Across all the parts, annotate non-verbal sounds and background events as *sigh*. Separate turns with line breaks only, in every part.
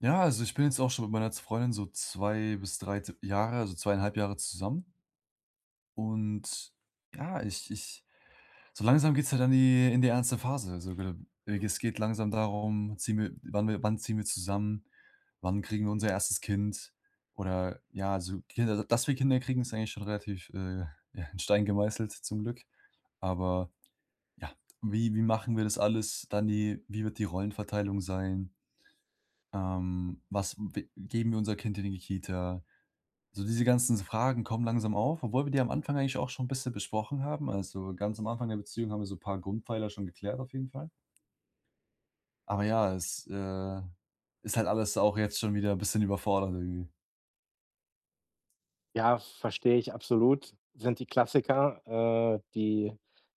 Ja, also ich bin jetzt auch schon mit meiner Freundin so 2 bis 3 t Jahre, also zweieinhalb Jahre zusammen. Und ja, ich ich so langsam geht's halt an die in die ernste Phase. Also, ge es geht langsam darum: ziehen wir wann ziehen wir zusammen? Wann kriegen wir unser erstes Kind? Oder ja, also Kinder dass wir Kinder kriegen, ist eigentlich schon relativ, ja, in Stein gemeißelt zum Glück. Aber ja, wie machen wir das alles? Dann die wie wird die Rollenverteilung sein? Was w geben wir unser Kind in die Kita? So diese ganzen Fragen kommen langsam auf, obwohl wir die am Anfang eigentlich auch schon ein bisschen besprochen haben. Also, ganz am Anfang der Beziehung haben wir so ein paar Grundpfeiler schon geklärt auf jeden Fall. Aber ja, es ist halt alles auch jetzt schon wieder ein bisschen überfordert irgendwie.
Ja, verstehe ich absolut. Sind die Klassiker, die,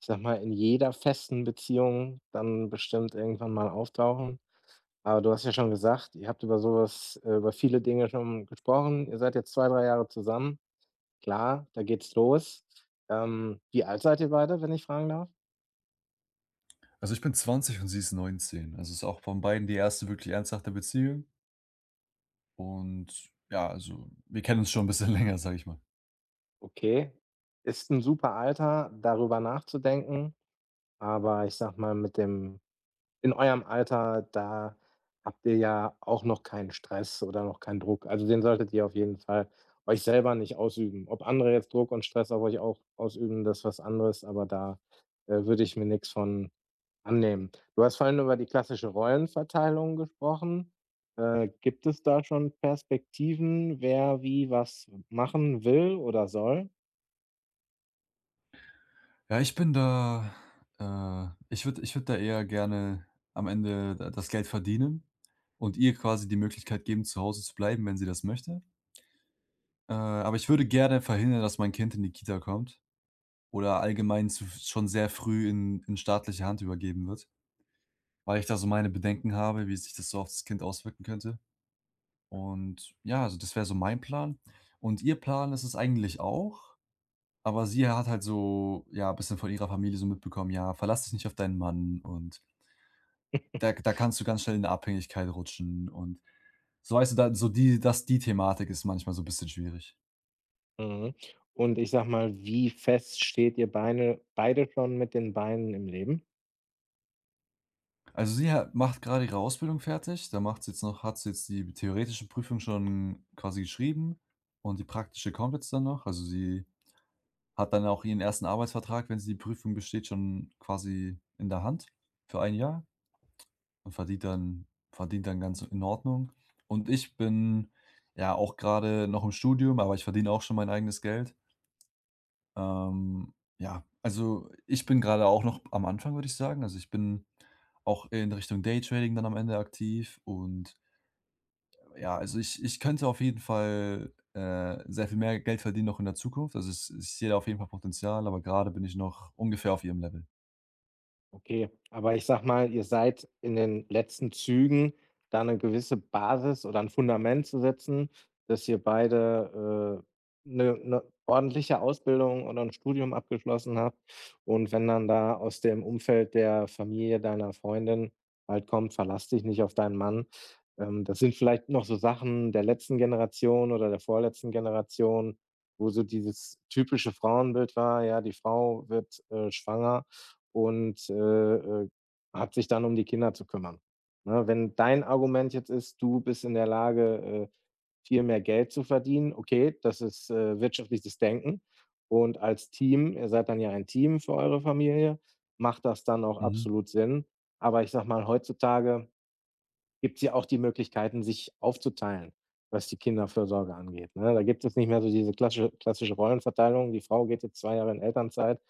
ich sag mal, in jeder festen Beziehung dann bestimmt irgendwann mal auftauchen. Aber du hast ja schon gesagt, ihr habt über sowas, über viele Dinge schon gesprochen. Ihr seid jetzt 2, 3 Jahre zusammen. Klar, da geht's los. Wie alt seid ihr beide, wenn ich fragen darf?
Also, ich bin 20 und sie ist 19. Also, es ist auch von beiden die erste wirklich ernsthafte Beziehung, und ja, also, wir kennen uns schon ein bisschen *laughs* länger, sage ich mal.
Okay, ist ein super Alter, darüber nachzudenken, aber ich sag mal, mit dem in eurem Alter, da habt ihr ja auch noch keinen Stress oder noch keinen Druck. Also, den solltet ihr auf jeden Fall euch selber nicht ausüben. Ob andere jetzt Druck und Stress auf euch auch ausüben, das ist was anderes, aber da, würde ich mir nichts von annehmen. Du hast vorhin über die klassische Rollenverteilung gesprochen. Gibt es da schon Perspektiven, wer wie was machen will oder soll?
Ja, ich bin da, ich würde ich würd da eher gerne am Ende da das Geld verdienen und ihr quasi die Möglichkeit geben, zu Hause zu bleiben, wenn sie das möchte. Aber ich würde gerne verhindern, dass mein Kind in die Kita kommt oder allgemein zu schon sehr früh in staatliche Hand übergeben wird, weil ich da so meine Bedenken habe, wie sich das so auf das Kind auswirken könnte. Und ja, also das wäre so mein Plan. Und ihr Plan ist es eigentlich auch, aber sie hat halt so, ja, ein bisschen von ihrer Familie so mitbekommen: „Ja, verlass dich nicht auf deinen Mann.“ Und da kannst du ganz schnell in eine Abhängigkeit rutschen, und so, weißt du, da so, die Thematik ist manchmal so 'n bisschen schwierig.
Mhm. Und ich sage mal, wie fest steht ihr Beine beide schon mit den Beinen im Leben?
Also, sie ha macht gerade ihre Ausbildung fertig, da macht sie jetzt noch hat sie jetzt die theoretische Prüfung schon quasi geschrieben, und die praktische kommt jetzt dann noch. Also, sie hat dann auch ihren ersten Arbeitsvertrag, wenn sie die Prüfung besteht, schon quasi in der Hand für ein Jahr und verdient dann ganz in Ordnung. Und ich bin, ja, auch gerade noch im Studium, aber ich verdiene auch schon mein eigenes Geld. Ja, also ich bin gerade auch noch am Anfang, würde ich sagen. Also, ich bin auch in Richtung Daytrading dann am Ende aktiv, und ja, also ich könnte auf jeden Fall, sehr viel mehr Geld verdienen noch in der Zukunft. Also, es ich sehe da auf jeden Fall Potenzial, aber gerade bin ich noch ungefähr auf ihrem Level.
Okay, aber ich sage mal, ihr seid in den letzten Zügen, da eine gewisse Basis oder ein Fundament zu setzen, dass ihr beide, 'ne ordentliche Ausbildung oder ein Studium abgeschlossen habt. Und wenn dann da aus dem Umfeld der Familie deiner Freundin halt kommt: „Verlass dich nicht auf deinen Mann.“ das sind vielleicht noch so Sachen der letzten Generation oder der vorletzten Generation, wo so dieses typische Frauenbild war: Ja, die Frau wird, schwanger und, äh, hat sich dann um die Kinder zu kümmern. Ne, wenn dein Argument jetzt ist, du bist in der Lage, viel mehr Geld zu verdienen, okay, das ist, wirtschaftliches Denken und als Team, ihr seid dann ja ein Team für eure Familie, macht das dann auch
Mhm,
absolut Sinn. Aber ich sage mal, heutzutage gibt es ja auch die Möglichkeiten, sich aufzuteilen, was die Kinderfürsorge angeht, ne? Da gibt es nicht mehr so diese klassische Rollenverteilung. Die Frau geht jetzt 2 Jahre in Elternzeit.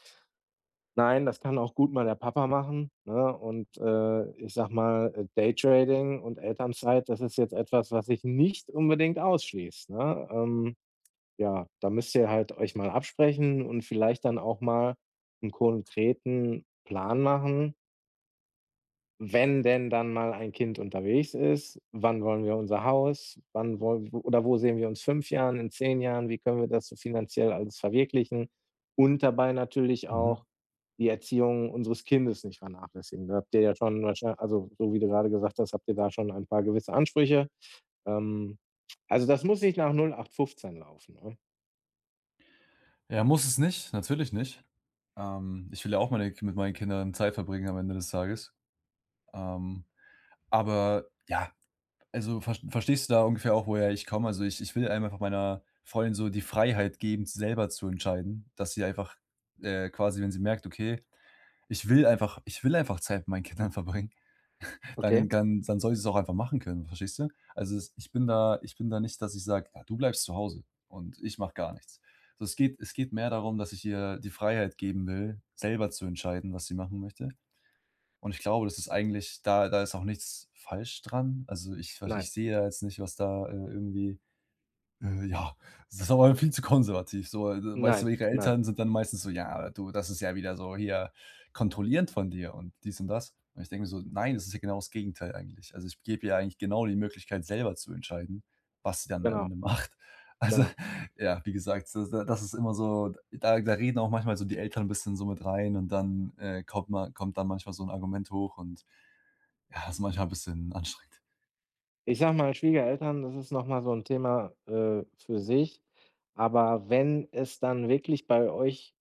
Nein, das kann auch gut mal der Papa machen, ne? Und, ich sage mal, Daytrading und Elternzeit, das ist jetzt etwas, was ich nicht unbedingt ausschließe, ne? Ja, da müsst ihr halt euch mal absprechen und vielleicht dann auch mal einen konkreten Plan machen. Wenn denn dann mal ein Kind unterwegs ist, wann wollen wir unser Haus? Wann wollen w Oder wo sehen wir uns 5 Jahren, in 10 Jahren? Wie können wir das so finanziell alles verwirklichen? Und dabei natürlich
mhm.
auch die Erziehung unseres Kindes nicht vernachlässigen. Da habt ihr ja schon wahrschei also, so wie du gerade gesagt hast, habt ihr da schon ein paar gewisse Ansprüche. Ähm, also, das muss nicht nach 08/15 laufen, ne?
Ja, muss es nicht, natürlich nicht. Ich will ja auch meine mit meinen Kindern Zeit verbringen am Ende des Tages. Ähm, aber ja, Also, verstehst du da ungefähr auch, woher ich komme? Also, ich ich will einem einfach meiner Freundin so die Freiheit geben, selber zu entscheiden, dass sie einfach, quasi, wenn sie merkt: „Okay, ich will einfach Zeit mit meinen Kindern *laughs* verbringen“, dann
Okay.
dann dann soll sie's auch einfach machen können, verstehst du? Also, es ich bin da nicht, dass ich sage: „Ja, du bleibst zu Hause und ich mache gar nichts.“ So, es geht mehr darum, dass ich ihr die Freiheit geben will, selber zu entscheiden, was sie machen möchte, und ich glaube, das ist eigentlich, da ist auch nichts falsch dran. Also, ich
Nein,
sehe da jetzt nicht, was da, irgendwie, ja, das ist aber viel zu konservativ so. Also, weißt du,
nein,
ihre
nein.
Eltern sind dann meistens so: „Ja, du, das ist ja wieder so hier kontrollierend von dir und dies und das.“ Und ich denke mir so: „Nein, das ist ja genau das Gegenteil eigentlich.“ Also, ich gebe ihr eigentlich genau die Möglichkeit, selber zu entscheiden, was sie dann am
Genau,
Ende macht. *laughs* Also,
genau.
ja, wie gesagt, das ist immer so, da reden auch manchmal so die Eltern ein bisschen so mit rein, und dann, kommt dann manchmal so ein Argument hoch, und ja, das ist manchmal ein bisschen anstrengend.
Ich sage mal, Schwiegereltern, das ist noch mal so ein Thema, für sich. Aber wenn es dann wirklich bei euch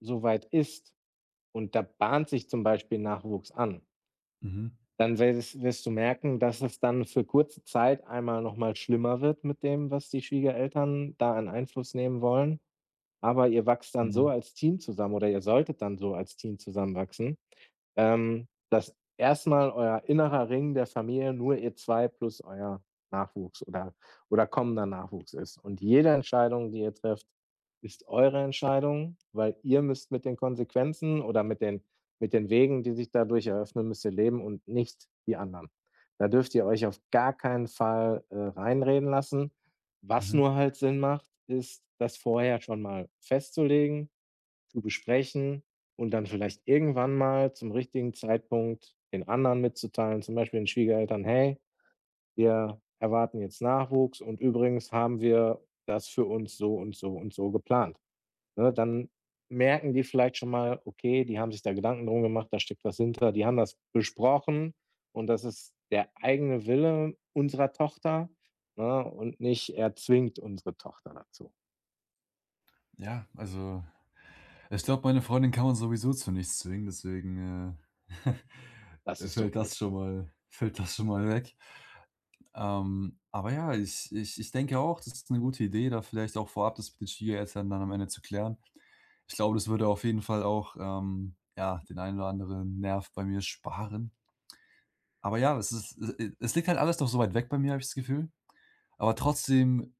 so weit ist und da bahnt sich zum Beispiel Nachwuchs an,
Mhm,
dann wirst du merken, dass es dann für kurze Zeit einmal noch mal schlimmer wird mit dem, was die Schwiegereltern da an Einfluss nehmen wollen. Aber ihr wachst dann so
mhm,
als Team zusammen, oder ihr solltet dann so als Team zusammenwachsen, dass erstmal euer innerer Ring der Familie nur ihr 2 plus euer Nachwuchs oder kommender Nachwuchs ist. Und jede Entscheidung, die ihr trefft, ist eure Entscheidung, weil ihr müsst mit den Konsequenzen oder mit den Wegen, die sich dadurch eröffnen, müsst ihr leben und nicht die anderen. Da dürft ihr euch auf gar keinen Fall, reinreden lassen. Was
mhm.
nur halt Sinn macht, ist, das vorher schon mal festzulegen, zu besprechen und dann vielleicht irgendwann mal zum richtigen Zeitpunkt den anderen mitzuteilen, zum Beispiel den Schwiegereltern: „Hey, wir erwarten jetzt Nachwuchs und übrigens haben wir das für uns so und so und so geplant.“ Ne, dann merken die vielleicht schon mal: Okay, die haben sich da Gedanken drum gemacht, da steckt was hinter, die haben das besprochen und das ist der eigene Wille unserer Tochter, ne, und nicht er zwingt unsere Tochter dazu.
Ja, also ich glaube, meine Freundin kann man sowieso zu nichts zwingen, deswegen,
Das
*laughs*
ist doch
fällt das
gut.
schon mal fällt das schon mal weg. Aber ja, ich denke auch, das ist eine gute Idee, da vielleicht auch vorab das mit den Schwiegereltern dann am Ende zu klären. Ich glaube, das würde auf jeden Fall auch, ja, den einen oder anderen Nerv bei mir sparen. Aber ja, es ist e e es liegt halt alles noch so weit weg bei mir, habe ich das Gefühl. Aber trotzdem,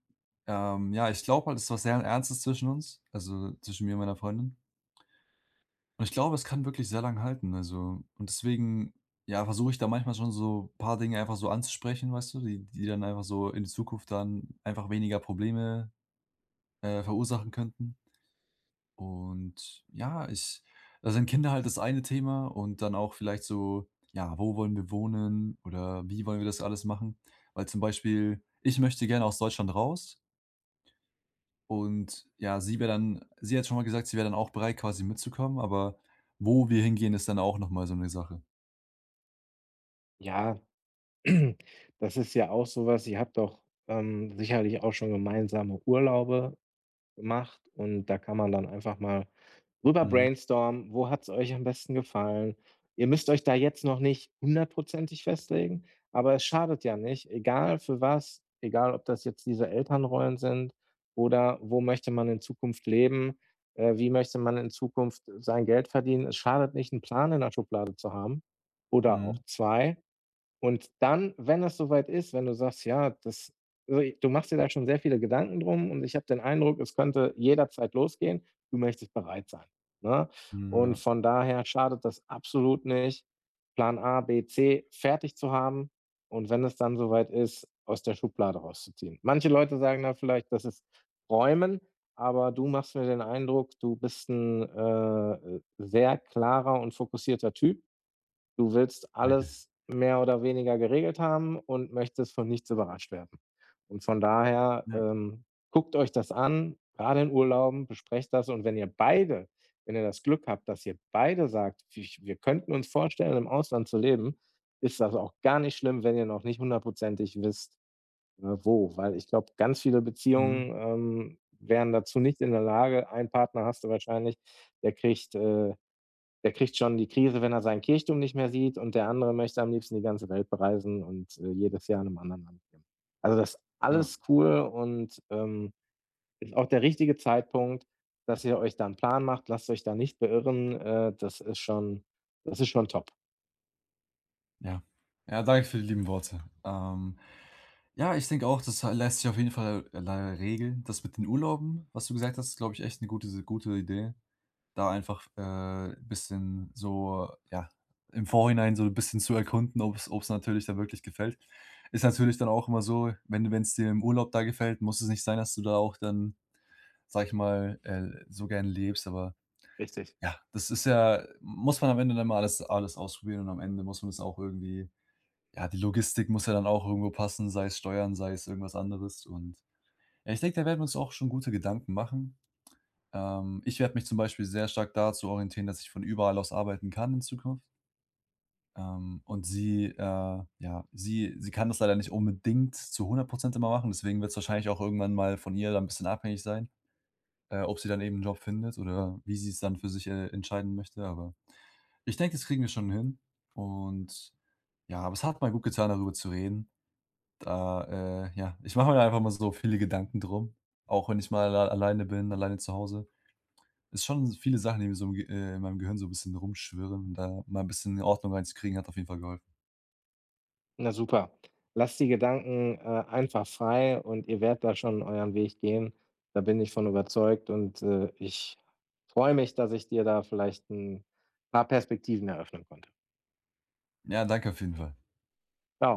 ja, ich glaube halt, es ist was sehr Ernstes zwischen uns, also zwischen mir und meiner Freundin. Und ich glaube, es kann wirklich sehr lang halten, also, und deswegen, ja, versuche ich da manchmal schon so ein paar Dinge einfach so anzusprechen, weißt du, die die dann einfach so in Zukunft dann einfach weniger Probleme, verursachen könnten. Und ja, ich da sind Kinder halt das eine Thema, und dann auch vielleicht so, ja, wo wollen wir wohnen oder wie wollen wir das alles machen? Weil zum Beispiel, ich möchte gerne aus Deutschland raus, und ja, sie wäre dann sie hat schon mal gesagt, sie wäre dann auch bereit, quasi mitzukommen, aber wo wir hingehen, ist dann auch noch mal so eine Sache.
Ja. Das ist ja auch sowas, was ihr habt doch, sicherlich auch schon gemeinsame Urlaube gemacht, und da kann man dann einfach mal rüber
Mhm,
brainstormen: wo hat es euch am besten gefallen? Ihr müsst euch da jetzt noch nicht hundertprozentig festlegen, aber es schadet ja nicht, egal für was, egal ob das jetzt diese Elternrollen sind oder wo möchte man in Zukunft leben, wie möchte man in Zukunft sein Geld verdienen. Es schadet nicht, einen Plan in der Schublade zu haben oder auch
mhm,
2. Und dann, wenn es soweit ist, wenn du sagst, ja, das, also, du machst dir da schon sehr viele Gedanken drum und ich habe den Eindruck, es könnte jederzeit losgehen, du möchtest bereit sein, ne?
mhm,
Und
ja,
von daher schadet das absolut nicht, Plan A, B, C fertig zu haben und wenn es dann soweit ist, aus der Schublade rauszuziehen. Manche Leute sagen da vielleicht, das ist Räumen, aber du machst mir den Eindruck, du bist ein sehr klarer und fokussierter Typ. Du willst
danke.
alles mehr oder weniger geregelt haben und möchtest von nichts überrascht werden. Und von daher,
Ja,
guckt euch das an, gerade in Urlauben, besprecht das, und wenn ihr beide, wenn ihr das Glück habt, dass ihr beide sagt: „Wich Wir könnten uns vorstellen, im Ausland zu leben“, ist das auch gar nicht schlimm, wenn ihr noch nicht hundertprozentig wisst, wo. Weil ich glaube, ganz viele
mhm,
Beziehungen, wären dazu nicht in der Lage. Ein Partner hast du wahrscheinlich, der kriegt, äh der kriegt schon die Krise, wenn er seinen Kirchturm nicht mehr sieht, und der andere möchte am liebsten die ganze Welt bereisen und jedes Jahr in einem anderen Land leben. Also das ist
ja,
alles cool und ist auch der richtige Zeitpunkt, dass ihr euch da 'n Plan macht. Lasst euch da nicht beirren. Das ist schon, das ist schon top.
ja. Ja, danke für die lieben Worte. Ja, ich denke auch, das lässt sich auf jeden Fall, leider regeln. Das mit den Urlauben, was du gesagt hast, ist, glaube ich, echt eine gute Idee, da einfach, ein bisschen so, ja, im Vorhinein so 'n bisschen zu erkunden, ob es, natürlich dann wirklich gefällt. Ist natürlich dann auch immer so, wenn es dir im Urlaub da gefällt, muss es nicht sein, dass du da auch dann, sage ich mal, so gern lebst. Aber
Richtig.
ja, das ist ja, muss man am Ende dann mal alles ausprobieren, und am Ende muss man es auch irgendwie, ja, die Logistik muss ja dann auch irgendwo passen, sei es Steuern, sei es irgendwas anderes, und ja, ich denke, da werden wir uns auch schon gute Gedanken machen. Ich werde mich zum Beispiel sehr stark dazu orientieren, dass ich von überall aus arbeiten kann in Zukunft. Und sie, ja, sie kann das leider nicht unbedingt zu 100% immer machen, deswegen wird es wahrscheinlich auch irgendwann mal von ihr dann ein bisschen abhängig sein, ob sie dann eben einen Job findet oder wie sie es dann für sich, entscheiden möchte, aber ich denke, das kriegen wir schon hin, und ja, aber es hat mal gut getan, darüber zu reden. Da, ja, ich mache mir da einfach mal so viele Gedanken drum, auch wenn ich mal a alleine bin, alleine zu Hause. Ist schon viele Sachen, die mir so im Ge in meinem Gehirn so ein bisschen rumschwirren, und da mal ein bisschen Ordnung reinzukriegen, hat auf jeden Fall geholfen.
Na super. Lasst die Gedanken, einfach frei und ihr werdet da schon euren Weg gehen. Da bin ich von überzeugt und, ich freue mich, dass ich dir da vielleicht ein paar Perspektiven eröffnen konnte.
Ja, danke auf jeden Fall.
Tschau.